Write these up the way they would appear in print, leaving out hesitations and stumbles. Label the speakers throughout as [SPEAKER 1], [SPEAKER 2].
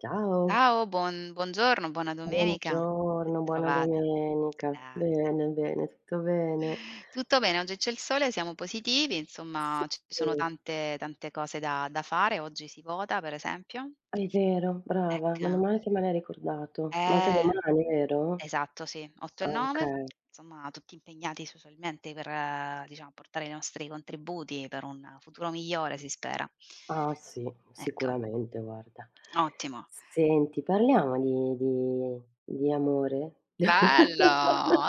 [SPEAKER 1] Ciao,
[SPEAKER 2] Ciao, buongiorno, buona domenica.
[SPEAKER 1] buongiorno, buona
[SPEAKER 2] Bentrovata,
[SPEAKER 1] domenica.
[SPEAKER 2] grazie.
[SPEAKER 1] Bene, bene, tutto bene.
[SPEAKER 2] Tutto bene, oggi c'è il sole, siamo positivi,
[SPEAKER 1] Sì,
[SPEAKER 2] insomma ci sono tante cose da fare, oggi si vota per esempio.
[SPEAKER 1] è vero, brava,
[SPEAKER 2] Ecco.
[SPEAKER 1] meno male che me l'hai ricordato. Ma anche
[SPEAKER 2] Eh,
[SPEAKER 1] domani, vero?
[SPEAKER 2] esatto, sì, 8 e
[SPEAKER 1] Ah,
[SPEAKER 2] 9,
[SPEAKER 1] okay.
[SPEAKER 2] insomma tutti impegnati socialmente per, diciamo, portare i nostri contributi per un futuro migliore, si spera.
[SPEAKER 1] Ah sì,
[SPEAKER 2] Ecco,
[SPEAKER 1] sicuramente guarda.
[SPEAKER 2] ottimo.
[SPEAKER 1] Senti, parliamo di amore?
[SPEAKER 2] Bello,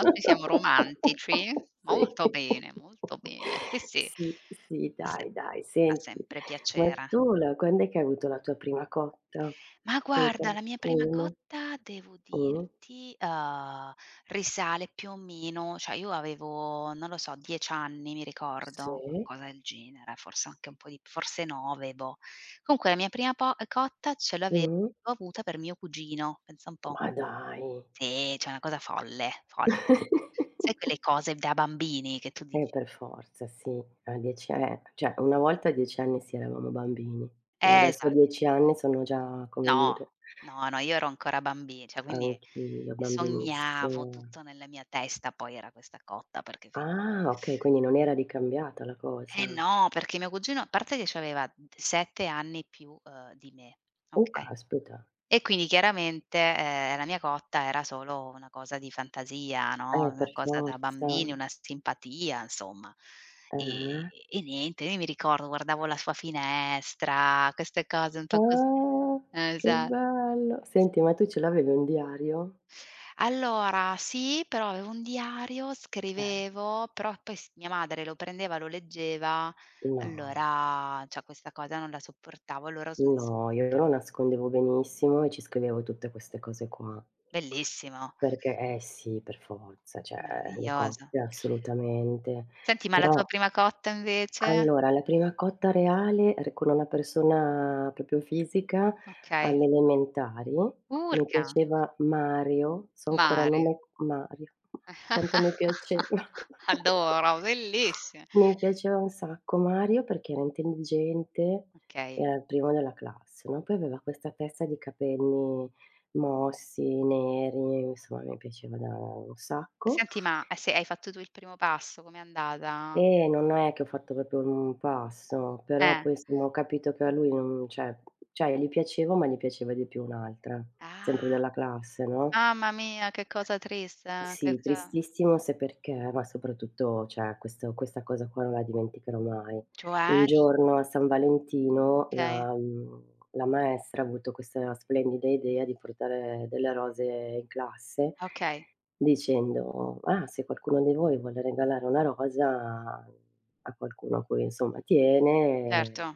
[SPEAKER 2] oggi siamo romantici. Molto
[SPEAKER 1] Sì.
[SPEAKER 2] bene, molto bene. Sì, sì,
[SPEAKER 1] Sì, sì,
[SPEAKER 2] fa sem
[SPEAKER 1] dai, dai,
[SPEAKER 2] fa
[SPEAKER 1] senti,
[SPEAKER 2] sempre
[SPEAKER 1] ma
[SPEAKER 2] piacere.
[SPEAKER 1] tu la quand'è che hai avuto la tua prima cotta?
[SPEAKER 2] Ma
[SPEAKER 1] Per
[SPEAKER 2] guarda, la mia prima
[SPEAKER 1] qualcuno?
[SPEAKER 2] cotta, devo
[SPEAKER 1] Mh,
[SPEAKER 2] dirti, risale più o meno, cioè io avevo, non lo so, 10 anni, mi ricordo,
[SPEAKER 1] sì,
[SPEAKER 2] qualcosa del genere, forse anche un po' di, forse 9, boh. Comunque la mia prima po cotta ce l'avevo
[SPEAKER 1] mh,
[SPEAKER 2] avuta per mio cugino, pensa un po'.
[SPEAKER 1] ma dai.
[SPEAKER 2] Sì, cioè una cosa folle, folle. Sai quelle cose da bambini che tu dici.
[SPEAKER 1] Per forza, sì. A 10 cioè una volta a 10 anni sì, eravamo bambini. No, adesso a
[SPEAKER 2] Esa
[SPEAKER 1] 10 anni sono già, come
[SPEAKER 2] No,
[SPEAKER 1] dire,
[SPEAKER 2] no, no, io ero ancora bambi cioè quindi
[SPEAKER 1] anch'io
[SPEAKER 2] sognavo
[SPEAKER 1] bambinissima.
[SPEAKER 2] tutto nella mia testa, poi era questa cotta, perché figurati.
[SPEAKER 1] Ah, okay, quindi non era ricambiata la
[SPEAKER 2] Eh
[SPEAKER 1] cosa.
[SPEAKER 2] no, perché mio cugino, a parte che c'aveva d 7 anni più, di me,
[SPEAKER 1] Oh
[SPEAKER 2] okay?
[SPEAKER 1] caspita.
[SPEAKER 2] E quindi chiaramente, la mia cotta era solo una cosa di fantasia, no,
[SPEAKER 1] Per
[SPEAKER 2] una cosa da
[SPEAKER 1] forza.
[SPEAKER 2] bambini, una simpatia insomma.
[SPEAKER 1] Eh.
[SPEAKER 2] E niente, io mi ricordo, guardavo la sua finestra, queste cose un po' così.
[SPEAKER 1] Ah, che
[SPEAKER 2] Esa
[SPEAKER 1] bello. Senti, ma tu ce l'avevi un diario?
[SPEAKER 2] Allora sì, però avevo un diario,
[SPEAKER 1] Eh.
[SPEAKER 2] scrivevo, però poi s mia madre lo prendeva, lo leggeva,
[SPEAKER 1] No,
[SPEAKER 2] allora cioè questa cosa non la sopportavo, allora ho smesso un
[SPEAKER 1] no, io lo
[SPEAKER 2] pochino.
[SPEAKER 1] nascondevo benissimo e ci scrivevo tutte queste cose qua.
[SPEAKER 2] Bellissimo,
[SPEAKER 1] Perché eh sì, per forza, cioè le
[SPEAKER 2] meraviglioso.
[SPEAKER 1] cotte assolutamente.
[SPEAKER 2] Senti, ma la
[SPEAKER 1] Però
[SPEAKER 2] tua prima cotta invece?
[SPEAKER 1] allora, la prima cotta reale r con una persona proprio fisica
[SPEAKER 2] Okay.
[SPEAKER 1] alle elementari, mi
[SPEAKER 2] Urca,
[SPEAKER 1] piaceva Mario, so ancora
[SPEAKER 2] mare.
[SPEAKER 1] nome Mario, Mario, quanto mi piaceva.
[SPEAKER 2] Adoro, bellissime.
[SPEAKER 1] Mi piaceva un sacco Mario perché era intelligente,
[SPEAKER 2] Okay.
[SPEAKER 1] era il primo della classe, no, poi aveva questa testa di capelli mossi, neri, insomma mi piaceva da un sacco.
[SPEAKER 2] Senti, ma se hai fatto tu il primo passo, com'è andata?
[SPEAKER 1] Non è che ho fatto proprio un passo, però
[SPEAKER 2] Eh.
[SPEAKER 1] poi insomma ho capito che a lui non cioè cioè gli piacevo, ma gli piaceva di più un'altra, sempre
[SPEAKER 2] Ah,
[SPEAKER 1] della classe, no?
[SPEAKER 2] mamma mia, che cosa triste, che
[SPEAKER 1] Sì,
[SPEAKER 2] cosa,
[SPEAKER 1] tristissimo se perché ma soprattutto, cioè questo questa cosa qua non la dimenticherò mai.
[SPEAKER 2] cioè,
[SPEAKER 1] Un
[SPEAKER 2] di
[SPEAKER 1] giorno a San Valentino
[SPEAKER 2] okay,
[SPEAKER 1] la la maestra ha avuto questa splendida idea di portare delle rose in classe
[SPEAKER 2] okay,
[SPEAKER 1] dicendo: "Ah, se qualcuno di voi vuole regalare una rosa a qualcuno a cui insomma
[SPEAKER 2] certo.
[SPEAKER 1] tiene,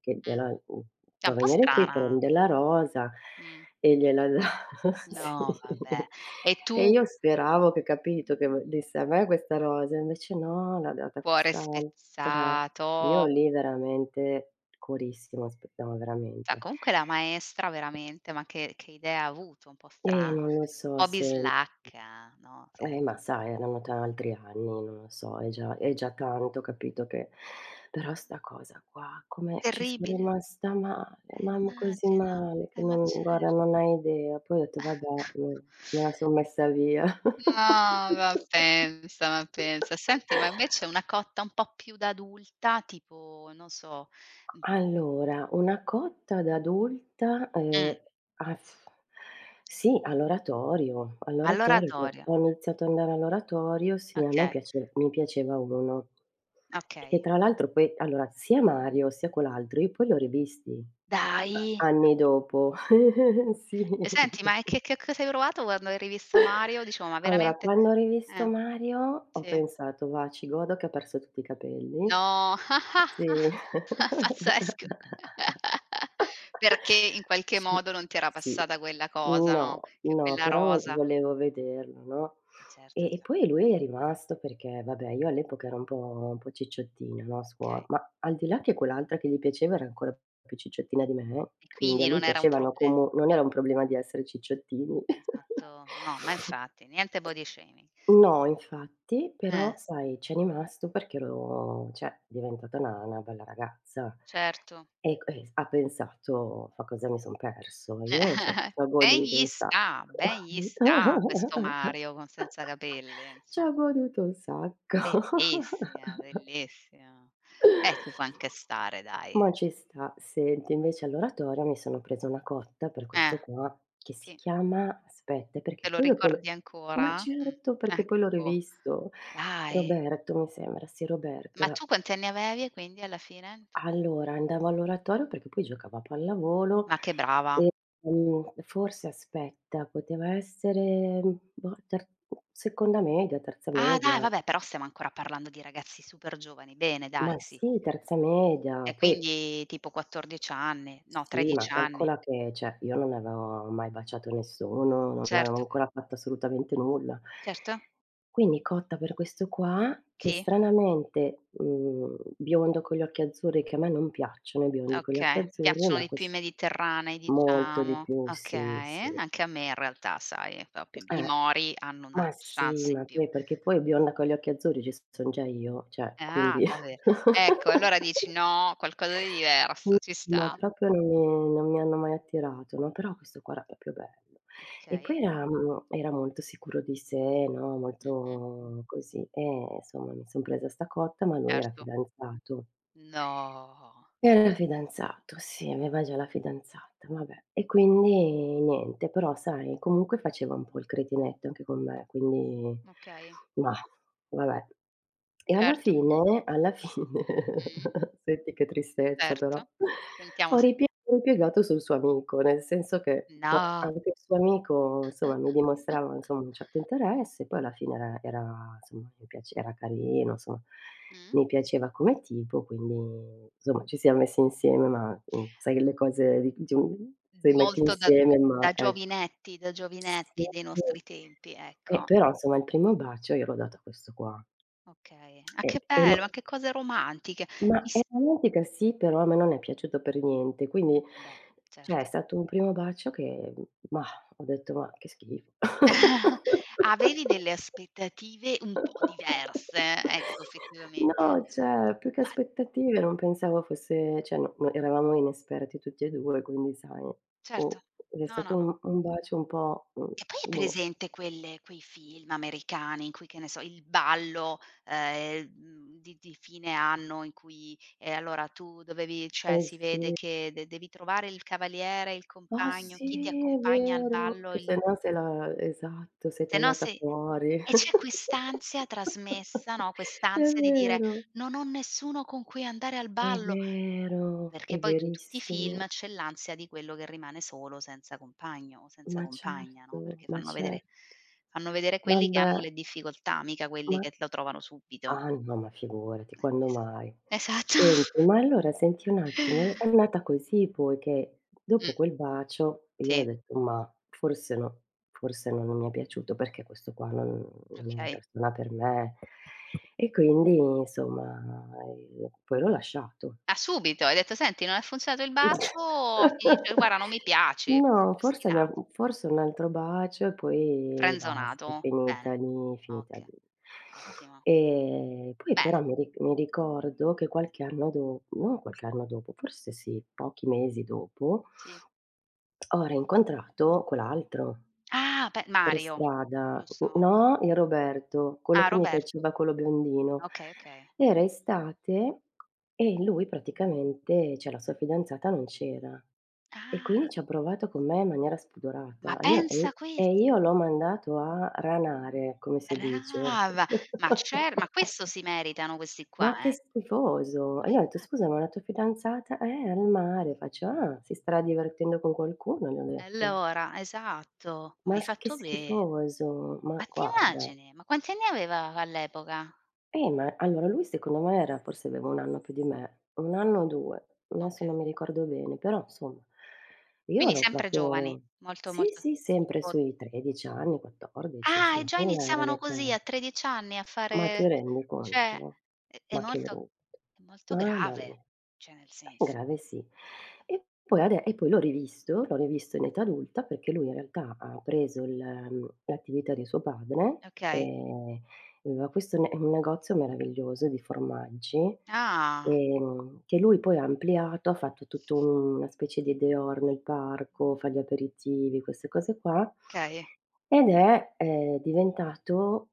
[SPEAKER 1] che
[SPEAKER 2] Mh.
[SPEAKER 1] gliela
[SPEAKER 2] È un
[SPEAKER 1] può
[SPEAKER 2] po'
[SPEAKER 1] venire qui,
[SPEAKER 2] strana.
[SPEAKER 1] prende la rosa".
[SPEAKER 2] Mh.
[SPEAKER 1] E gliela da sì.
[SPEAKER 2] No, vabbè. E
[SPEAKER 1] E
[SPEAKER 2] tu,
[SPEAKER 1] io speravo che capito, che v desse a me questa rosa, invece no, l'ha data a
[SPEAKER 2] cuore
[SPEAKER 1] quest'altra. Io
[SPEAKER 2] spezzato.
[SPEAKER 1] lì veramente corissimo aspettavo
[SPEAKER 2] Cioè
[SPEAKER 1] veramente.
[SPEAKER 2] comunque la maestra veramente, ma che idea ha avuto, un po'
[SPEAKER 1] E
[SPEAKER 2] strana,
[SPEAKER 1] non lo
[SPEAKER 2] un
[SPEAKER 1] so
[SPEAKER 2] po'
[SPEAKER 1] se
[SPEAKER 2] bislacca, no, sei
[SPEAKER 1] eh,
[SPEAKER 2] d'ac
[SPEAKER 1] ma sai erano altri anni, non lo so, è già tanto, capito, che però sta cosa qua, come ci son
[SPEAKER 2] terribile,
[SPEAKER 1] rimasta male, mamma così
[SPEAKER 2] immagino,
[SPEAKER 1] male che
[SPEAKER 2] ma
[SPEAKER 1] non
[SPEAKER 2] cer
[SPEAKER 1] guarda non hai idea. Poi ho detto: "Vabbè, mhmm, me la son messa via".
[SPEAKER 2] No, ma pensa, ma pensa. Senti, ma invece una cotta un po' più da adulta, tipo, non so, mh-mh,
[SPEAKER 1] Allora, una cotta da adulta,
[SPEAKER 2] mh,
[SPEAKER 1] ah, f- sì, all'oratorio, all'oratorio,
[SPEAKER 2] all'oratorio,
[SPEAKER 1] ho iniziato ad andare all'oratorio, sì, a me
[SPEAKER 2] okay,
[SPEAKER 1] piace mi piaceva uno. Che
[SPEAKER 2] okay.
[SPEAKER 1] tra l'altro poi allora sia Mario sia quell'altro io poi li ho rivisti eh,
[SPEAKER 2] Dai!
[SPEAKER 1] anni dopo. Sì.
[SPEAKER 2] E senti, ma che cosa hai provato quando hai rivisto Mario? Dicevo, ma
[SPEAKER 1] Allora
[SPEAKER 2] veramente
[SPEAKER 1] quando ho rivisto
[SPEAKER 2] eh,
[SPEAKER 1] Mario ho
[SPEAKER 2] sì.
[SPEAKER 1] pensato: "Va, ci godo che ha perso tutti i capelli".
[SPEAKER 2] No,
[SPEAKER 1] Sì.
[SPEAKER 2] pazzesco. Perché in qualche
[SPEAKER 1] Sì,
[SPEAKER 2] modo non ti era
[SPEAKER 1] sì.
[SPEAKER 2] passata quella cosa, no,
[SPEAKER 1] No,
[SPEAKER 2] che
[SPEAKER 1] no,
[SPEAKER 2] quella
[SPEAKER 1] però vo
[SPEAKER 2] rosa,
[SPEAKER 1] volevo vederlo, no,
[SPEAKER 2] eh certo,
[SPEAKER 1] e
[SPEAKER 2] cer
[SPEAKER 1] poi lui è rimasto perché, vabbè, io all'epoca ero un po' cicciottina, no, a scuola,
[SPEAKER 2] okay.
[SPEAKER 1] ma al di là che quell'altra che gli piaceva era ancora più cicciottina di me,
[SPEAKER 2] E
[SPEAKER 1] quindi
[SPEAKER 2] quindi
[SPEAKER 1] a lui
[SPEAKER 2] non era un
[SPEAKER 1] piacevano
[SPEAKER 2] proble
[SPEAKER 1] comu non era un problema di essere cicciottini.
[SPEAKER 2] esatto, no, ma infatti, niente body shaming.
[SPEAKER 1] No, infatti,
[SPEAKER 2] Eh,
[SPEAKER 1] però sai, c'è rimasto perché ero cioè diventata una bella ragazza.
[SPEAKER 2] certo.
[SPEAKER 1] E q e s ha pensato: "Ma cosa mi son perso? Io c'ho goduto un sacco."
[SPEAKER 2] Ben gli sta questo Mario con senza capelli,
[SPEAKER 1] "C'ho
[SPEAKER 2] inso
[SPEAKER 1] goduto un sacco."
[SPEAKER 2] bellissima, bellissima. Ci può anche stare, dai.
[SPEAKER 1] Ma ci sta. Senti, invece all'oratorio mi sono presa una cotta per
[SPEAKER 2] Eh,
[SPEAKER 1] questo qua, che si
[SPEAKER 2] sì.
[SPEAKER 1] chiama aspetta, perché
[SPEAKER 2] Te lo
[SPEAKER 1] poi dopo lo
[SPEAKER 2] ricordi
[SPEAKER 1] ma
[SPEAKER 2] ancora?
[SPEAKER 1] certo, perché poi l'ho
[SPEAKER 2] Ecco,
[SPEAKER 1] rivisto.
[SPEAKER 2] dai.
[SPEAKER 1] Roberto mi sembra, sì Roberto
[SPEAKER 2] Ma
[SPEAKER 1] era
[SPEAKER 2] tu quanti anni avevi e quindi alla fine? Tutto,
[SPEAKER 1] allora andavo all'oratorio perché poi giocavo a pallavolo
[SPEAKER 2] ma che brava.
[SPEAKER 1] e, forse aspetta, poteva essere, mhmm, boh, ter seconda media, terza
[SPEAKER 2] Ah dai,
[SPEAKER 1] media.
[SPEAKER 2] vabbè, però stiamo ancora parlando di ragazzi super giovani. Bene, dai,
[SPEAKER 1] Ma
[SPEAKER 2] sì.
[SPEAKER 1] sì, terza media,
[SPEAKER 2] E
[SPEAKER 1] poi
[SPEAKER 2] quindi tipo 14 anni, no
[SPEAKER 1] sì, ma
[SPEAKER 2] 13 anni.
[SPEAKER 1] calcola che cioè, io non avevo mai baciato nessuno, non avevo
[SPEAKER 2] Certo,
[SPEAKER 1] ancora fatto assolutamente nulla.
[SPEAKER 2] certo.
[SPEAKER 1] Quindi cotta per questo qua, che
[SPEAKER 2] Sì,
[SPEAKER 1] stranamente, biondo con gli occhi azzurri, che a me non piacciono i biondi con gli occhi
[SPEAKER 2] okay. Ti
[SPEAKER 1] azzurri,
[SPEAKER 2] piacciono
[SPEAKER 1] ma
[SPEAKER 2] di più i
[SPEAKER 1] ques
[SPEAKER 2] mediterranei,
[SPEAKER 1] molto di
[SPEAKER 2] diciamo.
[SPEAKER 1] più, sì, sì.
[SPEAKER 2] Okay, anche a me in realtà, sai, proprio i
[SPEAKER 1] Eh.
[SPEAKER 2] Mori hanno una
[SPEAKER 1] Ma sì,
[SPEAKER 2] chance in
[SPEAKER 1] ma
[SPEAKER 2] più.
[SPEAKER 1] poi perché poi bionda con gli occhi azzurri ci son già io, cioè
[SPEAKER 2] Ah,
[SPEAKER 1] quindi
[SPEAKER 2] vabbè. Ecco, allora dici: "No, qualcosa di diverso, ci
[SPEAKER 1] No,
[SPEAKER 2] sta."
[SPEAKER 1] proprio non mi hanno mai attirato, no, però questo qua era proprio bello. E
[SPEAKER 2] Okay.
[SPEAKER 1] poi era era molto sicuro di sé, no,
[SPEAKER 2] Mh-mh.
[SPEAKER 1] molto così. E insomma mi son presa 'sta cotta, ma lui era
[SPEAKER 2] Certo.
[SPEAKER 1] fidanzato.
[SPEAKER 2] No.
[SPEAKER 1] Era fidanzato, sì, aveva già la fidanzata, vabbè. E quindi niente, però sai, comunque faceva un po' il cretinetto anche con me, quindi
[SPEAKER 2] Okay,
[SPEAKER 1] mah, vabbè. E
[SPEAKER 2] certo.
[SPEAKER 1] alla fine
[SPEAKER 2] Mh,
[SPEAKER 1] senti che tristezza però,
[SPEAKER 2] certo.
[SPEAKER 1] ho
[SPEAKER 2] Sentiamo, senti
[SPEAKER 1] ripiegato sul suo amico, nel senso che, boh,
[SPEAKER 2] no.
[SPEAKER 1] anche il suo amico insomma mi dimostrava insomma un certo interesse, poi alla fine era insomma mi piace era carino, insomma.
[SPEAKER 2] Mh.
[SPEAKER 1] Mi piaceva come tipo, quindi insomma ci siamo messi insieme, ma, sai che le cose di un le metti
[SPEAKER 2] Molto da
[SPEAKER 1] insieme,
[SPEAKER 2] da
[SPEAKER 1] ma ecco.
[SPEAKER 2] giovinetti da giovinetti dei nostri
[SPEAKER 1] Sì.
[SPEAKER 2] tempi, ecco.
[SPEAKER 1] Però insomma il primo bacio io l'ho dato a questo qua.
[SPEAKER 2] Okay. Ah,
[SPEAKER 1] E
[SPEAKER 2] che
[SPEAKER 1] no,
[SPEAKER 2] bello, ma che cose romantiche. Mi
[SPEAKER 1] ma è
[SPEAKER 2] s
[SPEAKER 1] romantica sì, però a me non è piaciuto per niente, quindi
[SPEAKER 2] vabbè,
[SPEAKER 1] cioè è
[SPEAKER 2] certo.
[SPEAKER 1] stato un primo bacio che, mah, ho detto: "Ma che schifo."
[SPEAKER 2] Avevi delle aspettative un po' diverse, ecco, effettivamen
[SPEAKER 1] No, cioè più che
[SPEAKER 2] ma
[SPEAKER 1] aspettative non pensavo fosse cioè no no eravamo inesperti tutti e 2, quindi sai, mh,
[SPEAKER 2] certo.
[SPEAKER 1] ed è
[SPEAKER 2] No, no,
[SPEAKER 1] stato
[SPEAKER 2] no.
[SPEAKER 1] un bacio un po',
[SPEAKER 2] E poi è
[SPEAKER 1] boh,
[SPEAKER 2] presente quelle quei film americani in cui, che ne so, il ballo, di fine anno in cui, e allora tu dovevi, cioè
[SPEAKER 1] eh
[SPEAKER 2] si vede
[SPEAKER 1] sì.
[SPEAKER 2] che de devi trovare il cavaliere, il
[SPEAKER 1] Ah
[SPEAKER 2] compagno, chi ti
[SPEAKER 1] sì, è
[SPEAKER 2] accompagna al
[SPEAKER 1] vero,
[SPEAKER 2] ballo,
[SPEAKER 1] che se
[SPEAKER 2] il
[SPEAKER 1] no se la esatto, sei
[SPEAKER 2] se no
[SPEAKER 1] tagliata
[SPEAKER 2] se
[SPEAKER 1] fuori.
[SPEAKER 2] e c'è quest'ansia trasmessa, no,
[SPEAKER 1] È
[SPEAKER 2] quest'ansia di dire:
[SPEAKER 1] vero,
[SPEAKER 2] "Non ho nessuno con cui andare al
[SPEAKER 1] è
[SPEAKER 2] ballo."
[SPEAKER 1] vero,
[SPEAKER 2] Perché
[SPEAKER 1] è
[SPEAKER 2] poi tu in tutti i film
[SPEAKER 1] verissimo.
[SPEAKER 2] c'è l'ansia di quello che rimane solo senza compagno o senza
[SPEAKER 1] Ma
[SPEAKER 2] compagna,
[SPEAKER 1] certo,
[SPEAKER 2] no, perché
[SPEAKER 1] ma
[SPEAKER 2] fanno
[SPEAKER 1] cer
[SPEAKER 2] vedere fanno vedere quelli che hanno
[SPEAKER 1] vabbè,
[SPEAKER 2] le difficoltà, mica quelli
[SPEAKER 1] ma
[SPEAKER 2] che lo trovano subito.
[SPEAKER 1] ah no, ma figurati,
[SPEAKER 2] Eh,
[SPEAKER 1] quando mai.
[SPEAKER 2] esa esatto.
[SPEAKER 1] Senti, ma allora senti un attimo, è andata così poi che
[SPEAKER 2] Mh,
[SPEAKER 1] dopo quel bacio io
[SPEAKER 2] sì,
[SPEAKER 1] ho detto: "Ma forse no forse non mi è piaciuto perché questo qua non è la
[SPEAKER 2] okay.
[SPEAKER 1] persona per me." E quindi insomma, poi l'ho lasciato.
[SPEAKER 2] Ah, subito, hai detto: "Senti, non è funzionato il bacio, finisce guarda non mi piaci",
[SPEAKER 1] No,
[SPEAKER 2] così
[SPEAKER 1] forse una
[SPEAKER 2] cestinato,
[SPEAKER 1] forse un altro bacio e poi basta, è
[SPEAKER 2] frenzonato.
[SPEAKER 1] finita
[SPEAKER 2] Bene,
[SPEAKER 1] lì, finita
[SPEAKER 2] okay,
[SPEAKER 1] lì.
[SPEAKER 2] ottimo.
[SPEAKER 1] E poi
[SPEAKER 2] Bene,
[SPEAKER 1] però mi ricordo che qualche anno do non qualche anno dopo, forse sì, pochi mesi dopo,
[SPEAKER 2] sì.
[SPEAKER 1] ho rincontrato quell'altro.
[SPEAKER 2] Ah, pe
[SPEAKER 1] Per
[SPEAKER 2] Mario,
[SPEAKER 1] strada, n
[SPEAKER 2] giusto?
[SPEAKER 1] no, il Roberto, quello
[SPEAKER 2] Ah,
[SPEAKER 1] che mi
[SPEAKER 2] Roberto.
[SPEAKER 1] piaceva, quello biondino.
[SPEAKER 2] Okay, okay.
[SPEAKER 1] Era estate e lui praticamente cioè la sua fidanzata non c'era e
[SPEAKER 2] Ah.
[SPEAKER 1] quindi ci ha provato con me in maniera
[SPEAKER 2] Ma
[SPEAKER 1] spudorata
[SPEAKER 2] pensa
[SPEAKER 1] e
[SPEAKER 2] questo,
[SPEAKER 1] io l'ho mandato a ranare, come si dice.
[SPEAKER 2] brava, ma questo si meritano questi qua,
[SPEAKER 1] Ma che
[SPEAKER 2] eh.
[SPEAKER 1] schifoso! E
[SPEAKER 2] Ma
[SPEAKER 1] io ho detto: "Scusa,
[SPEAKER 2] infatti.
[SPEAKER 1] ma la tua fidanzata." Al mare." Faccio: "Ah, si starà divertendo con qualcuno", gli ho detto.
[SPEAKER 2] Allora, esatto, ma
[SPEAKER 1] Ma
[SPEAKER 2] hai
[SPEAKER 1] s che
[SPEAKER 2] fatto bene.
[SPEAKER 1] schifoso,
[SPEAKER 2] Ma
[SPEAKER 1] ma
[SPEAKER 2] ti
[SPEAKER 1] guarda.
[SPEAKER 2] immagini? Ma quanti anni aveva all'epoca?
[SPEAKER 1] Ma allora lui secondo me era forse aveva 1 anno più di me, 1 anno o 2, adesso
[SPEAKER 2] Okay.
[SPEAKER 1] non mi ricordo bene, però insomma io
[SPEAKER 2] Quindi
[SPEAKER 1] l'ho
[SPEAKER 2] sempre giovani,
[SPEAKER 1] proprio
[SPEAKER 2] molto,
[SPEAKER 1] sì,
[SPEAKER 2] molto,
[SPEAKER 1] sì, sempre
[SPEAKER 2] tipo,
[SPEAKER 1] sui 13 anni, 14,
[SPEAKER 2] ah, e
[SPEAKER 1] insomma
[SPEAKER 2] già
[SPEAKER 1] quella era
[SPEAKER 2] iniziavano
[SPEAKER 1] l'età.
[SPEAKER 2] così a 13 anni a
[SPEAKER 1] Ma ti
[SPEAKER 2] fare,
[SPEAKER 1] rendi
[SPEAKER 2] cioè
[SPEAKER 1] conto?
[SPEAKER 2] è
[SPEAKER 1] Ma che
[SPEAKER 2] molto
[SPEAKER 1] brutto.
[SPEAKER 2] è molto
[SPEAKER 1] Mamma
[SPEAKER 2] grave,
[SPEAKER 1] mia.
[SPEAKER 2] cioè nel
[SPEAKER 1] È
[SPEAKER 2] senso
[SPEAKER 1] grave sì. E poi ade e poi l'ho rivisto in età adulta perché lui in realtà ha preso il l'attività di suo padre,
[SPEAKER 2] okay.
[SPEAKER 1] ehm, aveva questo ne un negozio meraviglioso di formaggi,
[SPEAKER 2] Ah,
[SPEAKER 1] che lui poi ha ampliato, ha fatto tutto un una specie di dehors nel parco, fa gli aperitivi, queste cose qua,
[SPEAKER 2] okay.
[SPEAKER 1] ed è, diventato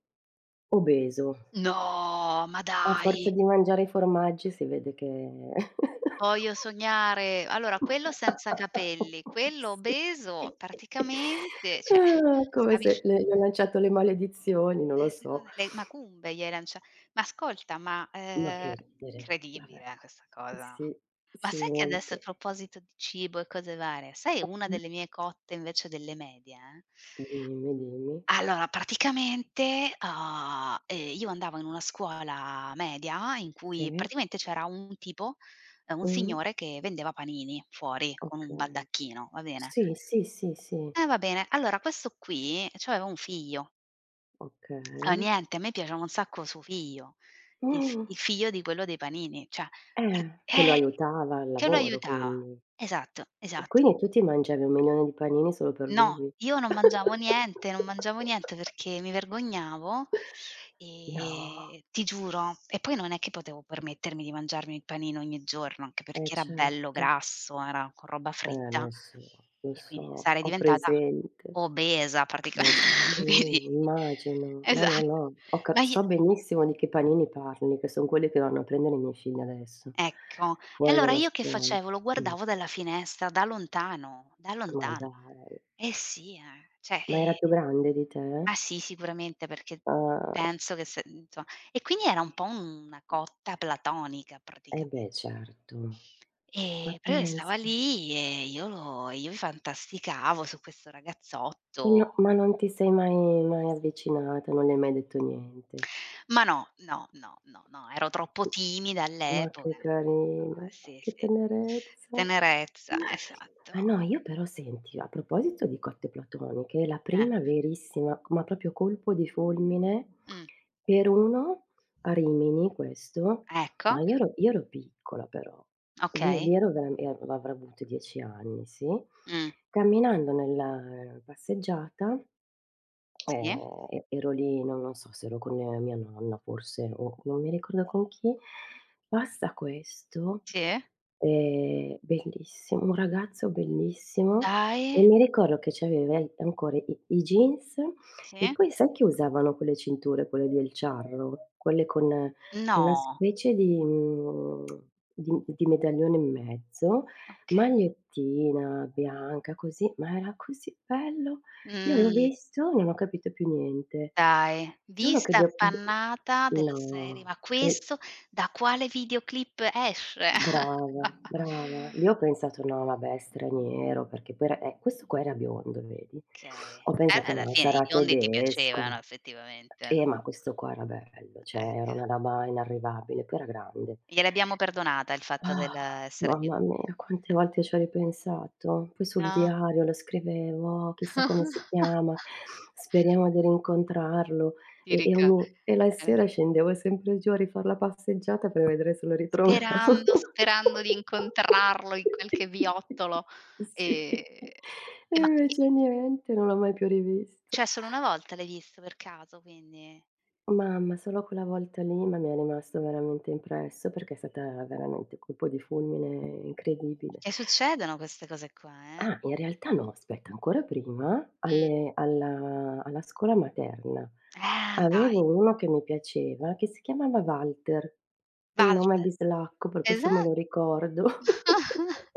[SPEAKER 1] obeso.
[SPEAKER 2] No, ma
[SPEAKER 1] A
[SPEAKER 2] dai!
[SPEAKER 1] forza di mangiare i formaggi si vede che
[SPEAKER 2] Voglio sognare. Allora quello senza capelli, quello obeso
[SPEAKER 1] Sì.
[SPEAKER 2] praticamente, cioè
[SPEAKER 1] Ah, come
[SPEAKER 2] stavi
[SPEAKER 1] se
[SPEAKER 2] sc
[SPEAKER 1] le gli ho lanciato le maledizioni, non lo so.
[SPEAKER 2] secondo le macumbe gli hai lancia ma ascolta, ma,
[SPEAKER 1] Ma che ridere. Vabbè.
[SPEAKER 2] incredibile, questa cosa.
[SPEAKER 1] Sì,
[SPEAKER 2] Ma
[SPEAKER 1] sì,
[SPEAKER 2] sai che adesso, a
[SPEAKER 1] molto.
[SPEAKER 2] proposito di cibo e cose varie, sai una
[SPEAKER 1] Mh.
[SPEAKER 2] delle mie cotte invece delle medie? Eh?
[SPEAKER 1] Dimmi, dimmi.
[SPEAKER 2] Allora praticamente, io andavo in una scuola media in cui
[SPEAKER 1] Sì.
[SPEAKER 2] praticamente c'era un tipo, un
[SPEAKER 1] Mh.
[SPEAKER 2] signore che vendeva panini fuori con un
[SPEAKER 1] Okay.
[SPEAKER 2] baldacchino, va bene?
[SPEAKER 1] Sì, sì, sì, sì.
[SPEAKER 2] Va bene. Allora questo qui c'aveva un figlio. Ah,
[SPEAKER 1] Okay.
[SPEAKER 2] niente, a me piaceva un sacco suo figlio, il fi
[SPEAKER 1] Mh.
[SPEAKER 2] il figlio di quello dei panini, cioè per
[SPEAKER 1] Che lo aiutava al
[SPEAKER 2] che lo
[SPEAKER 1] lavoro
[SPEAKER 2] aiutava.
[SPEAKER 1] quindi.
[SPEAKER 2] Esatto,
[SPEAKER 1] E
[SPEAKER 2] esatto.
[SPEAKER 1] quindi tu ti mangiavi 1.000.000 di panini solo per
[SPEAKER 2] No,
[SPEAKER 1] lui.
[SPEAKER 2] io non mangiavo niente, non mangiavo niente perché mi vergognavo,
[SPEAKER 1] No.
[SPEAKER 2] ti giuro. E poi non è che potevo permettermi di mangiarmi il panino ogni giorno, anche
[SPEAKER 1] Eh
[SPEAKER 2] perché era bello
[SPEAKER 1] certo,
[SPEAKER 2] grasso, era co roba
[SPEAKER 1] eh
[SPEAKER 2] fritta
[SPEAKER 1] lo so, lo
[SPEAKER 2] e quindi
[SPEAKER 1] so,
[SPEAKER 2] sarei
[SPEAKER 1] ho
[SPEAKER 2] diventata
[SPEAKER 1] presente.
[SPEAKER 2] obesa pratica
[SPEAKER 1] Eh sì,
[SPEAKER 2] quindi
[SPEAKER 1] immagino. No, no,
[SPEAKER 2] esatto.
[SPEAKER 1] no, ho
[SPEAKER 2] Ma
[SPEAKER 1] cap
[SPEAKER 2] i
[SPEAKER 1] so benissimo di che panini parli, che son quelli che vanno a prendere i miei figli adesso,
[SPEAKER 2] ecco. E
[SPEAKER 1] fuori
[SPEAKER 2] allora
[SPEAKER 1] dalla
[SPEAKER 2] io che
[SPEAKER 1] scuola.
[SPEAKER 2] facevo? Lo
[SPEAKER 1] Mh,
[SPEAKER 2] guardavo dalla finestra, da lontano, da
[SPEAKER 1] ma
[SPEAKER 2] lontano.
[SPEAKER 1] dai,
[SPEAKER 2] Eh sì, eh.
[SPEAKER 1] ma era più grande di
[SPEAKER 2] Ah
[SPEAKER 1] te?
[SPEAKER 2] sì, sicuramente perché
[SPEAKER 1] Ah,
[SPEAKER 2] penso che se insomma, e quindi era un po' una cotta platonica
[SPEAKER 1] eh
[SPEAKER 2] praticamen
[SPEAKER 1] beh certo, ma
[SPEAKER 2] però io stava
[SPEAKER 1] pensa.
[SPEAKER 2] lì e io fantasticavo su questo
[SPEAKER 1] E
[SPEAKER 2] ragazzotto.
[SPEAKER 1] no ma non ti sei mai mai avvicinata, non le hai mai detto niente?
[SPEAKER 2] Ma no, no, no, no, no, ero troppo timida
[SPEAKER 1] Ma
[SPEAKER 2] all'epoca.
[SPEAKER 1] che
[SPEAKER 2] No,
[SPEAKER 1] carina,
[SPEAKER 2] sì,
[SPEAKER 1] che
[SPEAKER 2] sì.
[SPEAKER 1] tenerezza.
[SPEAKER 2] Tenerezza,
[SPEAKER 1] Ah
[SPEAKER 2] esatto.
[SPEAKER 1] no, io però senti, a proposito di cotte platoniche, la
[SPEAKER 2] Eh.
[SPEAKER 1] prima verissima, ma proprio colpo di fulmine,
[SPEAKER 2] Mh.
[SPEAKER 1] per uno a Rimini questo,
[SPEAKER 2] Ecco,
[SPEAKER 1] ma io ero piccola però, lì
[SPEAKER 2] okay.
[SPEAKER 1] lì ero veram e av avrò avuto 10 anni, sì,
[SPEAKER 2] Mh.
[SPEAKER 1] camminando nella passeggiata.
[SPEAKER 2] Sì,
[SPEAKER 1] E ero lì, non so se ero con mia nonna forse o non mi ricordo con chi, passa questo.
[SPEAKER 2] sì.
[SPEAKER 1] Bellissimo, un ragazzo bellissimo e
[SPEAKER 2] Dai.
[SPEAKER 1] mi ricordo che c'aveva i ancora i i jeans e
[SPEAKER 2] Sì.
[SPEAKER 1] poi sai che usavano quelle cinture, quelle del charro? Quelle con una
[SPEAKER 2] No.
[SPEAKER 1] specie di di medaglione in mezzo,
[SPEAKER 2] Okay.
[SPEAKER 1] magliettina bianca così, ma era così bello. Io l'ho
[SPEAKER 2] Mh.
[SPEAKER 1] visto, e non ho capito più niente.
[SPEAKER 2] Dai,
[SPEAKER 1] Solo che
[SPEAKER 2] vista
[SPEAKER 1] dop d
[SPEAKER 2] appannata della serie:
[SPEAKER 1] no,
[SPEAKER 2] "Ma
[SPEAKER 1] e
[SPEAKER 2] questo da quale videoclip esce?"
[SPEAKER 1] brava, brava. Io ho pensato: "No vabbè, straniero", perché poi era questo qua era biondo, vedi.
[SPEAKER 2] Okay.
[SPEAKER 1] Ho
[SPEAKER 2] Beh,
[SPEAKER 1] pensato:
[SPEAKER 2] alla
[SPEAKER 1] "Ma
[SPEAKER 2] fine i
[SPEAKER 1] sarà
[SPEAKER 2] biondi ti
[SPEAKER 1] tedesco".
[SPEAKER 2] piacevano effettivamente, no,
[SPEAKER 1] Ma questo qua era bello, cioè era
[SPEAKER 2] ecco.
[SPEAKER 1] una roba inarrivabile, poi era grande.
[SPEAKER 2] Gliel'abbiamo perdonata il fatto
[SPEAKER 1] Ah,
[SPEAKER 2] dell'essere bio
[SPEAKER 1] mamma mia, quante volte ci ho ripensato. Poi sul
[SPEAKER 2] no?
[SPEAKER 1] diario lo scrivevo: "Oh, chissà come si chiama, speriamo di rincontrarlo."
[SPEAKER 2] Ti
[SPEAKER 1] E e
[SPEAKER 2] rica
[SPEAKER 1] ogni e la
[SPEAKER 2] eh,
[SPEAKER 1] sera scendevo sempre giù a rifar la passeggiata per vedere se lo ritrovavo.
[SPEAKER 2] sperando sperando di incontrarlo in qualche viottolo.
[SPEAKER 1] Sì.
[SPEAKER 2] Ehm,
[SPEAKER 1] E
[SPEAKER 2] ma quindi
[SPEAKER 1] invece niente, non l'ho mai più rivisto.
[SPEAKER 2] cioè solo una volta l'hai visto per caso quindi?
[SPEAKER 1] Mamma, solo quella volta lì, ma mi è rimasto veramente impresso perché è stata veramente colpo di fulmine incredibile.
[SPEAKER 2] E succedono queste cose qua, eh.
[SPEAKER 1] Ah, in realtà no, aspetta, ancora prima
[SPEAKER 2] Mh.
[SPEAKER 1] alle alla alla scuola materna,
[SPEAKER 2] Ah, dai,
[SPEAKER 1] avevo uno che mi piaceva che si chiamava Walter, un nome
[SPEAKER 2] Walter,
[SPEAKER 1] bislacco, per questo me
[SPEAKER 2] esatto.
[SPEAKER 1] lo ricordo.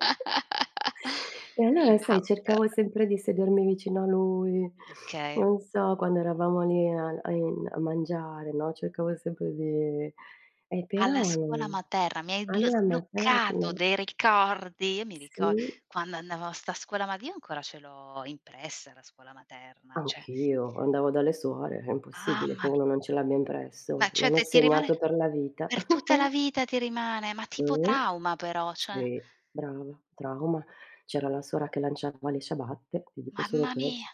[SPEAKER 1] E
[SPEAKER 2] Il
[SPEAKER 1] allora sai,
[SPEAKER 2] Walter,
[SPEAKER 1] cercavo sempre di sedermi vicino a lui,
[SPEAKER 2] okay.
[SPEAKER 1] non so, quando eravamo lì a mangiare, no, cercavo sempre di
[SPEAKER 2] Alla
[SPEAKER 1] però
[SPEAKER 2] scuola materna, mi hai blo
[SPEAKER 1] alla materna
[SPEAKER 2] sbloccato dei ricordi. Io mi ricor
[SPEAKER 1] sì.
[SPEAKER 2] quando andavo a 'sta scuola, ma io ancora ce l'ho impressa la scuola materna, cioè
[SPEAKER 1] Anch'io, andavo dalle suore, è impossibile
[SPEAKER 2] mamma
[SPEAKER 1] che
[SPEAKER 2] mi
[SPEAKER 1] uno non ce l'abbia
[SPEAKER 2] ma
[SPEAKER 1] impresso. Mi
[SPEAKER 2] cioè
[SPEAKER 1] hanno
[SPEAKER 2] te ti rimane
[SPEAKER 1] segnato per la vita.
[SPEAKER 2] per tutta la vita, ti rimane, ma tipo
[SPEAKER 1] Mh,
[SPEAKER 2] trauma però, cioè.
[SPEAKER 1] sì, brava, trauma. C'era la suora che lanciava le ciabatte, ti dico solo
[SPEAKER 2] Mamma mia,
[SPEAKER 1] ques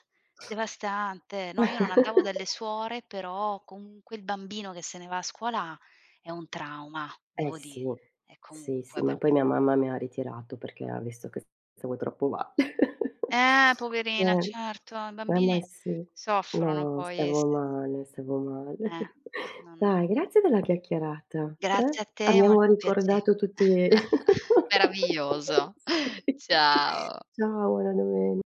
[SPEAKER 2] devastante. No, io non andavo dalle suore, però comunque il bambino che se ne va a scuola è un trauma,
[SPEAKER 1] Eh
[SPEAKER 2] devo dire.
[SPEAKER 1] sì,
[SPEAKER 2] E
[SPEAKER 1] sì, sì,
[SPEAKER 2] comunque
[SPEAKER 1] ma poi
[SPEAKER 2] perché
[SPEAKER 1] mia mamma mi ha ritirato perché ha visto che stavo troppo male.
[SPEAKER 2] poverina,
[SPEAKER 1] Eh,
[SPEAKER 2] certo, i
[SPEAKER 1] ma
[SPEAKER 2] bambini
[SPEAKER 1] sì.
[SPEAKER 2] soffrono
[SPEAKER 1] No,
[SPEAKER 2] poi s
[SPEAKER 1] stavo male, stavo male.
[SPEAKER 2] eh, non,
[SPEAKER 1] Dai, grazie della chiacchierata,
[SPEAKER 2] grazie
[SPEAKER 1] eh.
[SPEAKER 2] a te,
[SPEAKER 1] Abbiamo
[SPEAKER 2] molto
[SPEAKER 1] ricordato
[SPEAKER 2] piacevole.
[SPEAKER 1] tutti
[SPEAKER 2] Meraviglioso.
[SPEAKER 1] sì.
[SPEAKER 2] Ciao.
[SPEAKER 1] Ciao, buona domen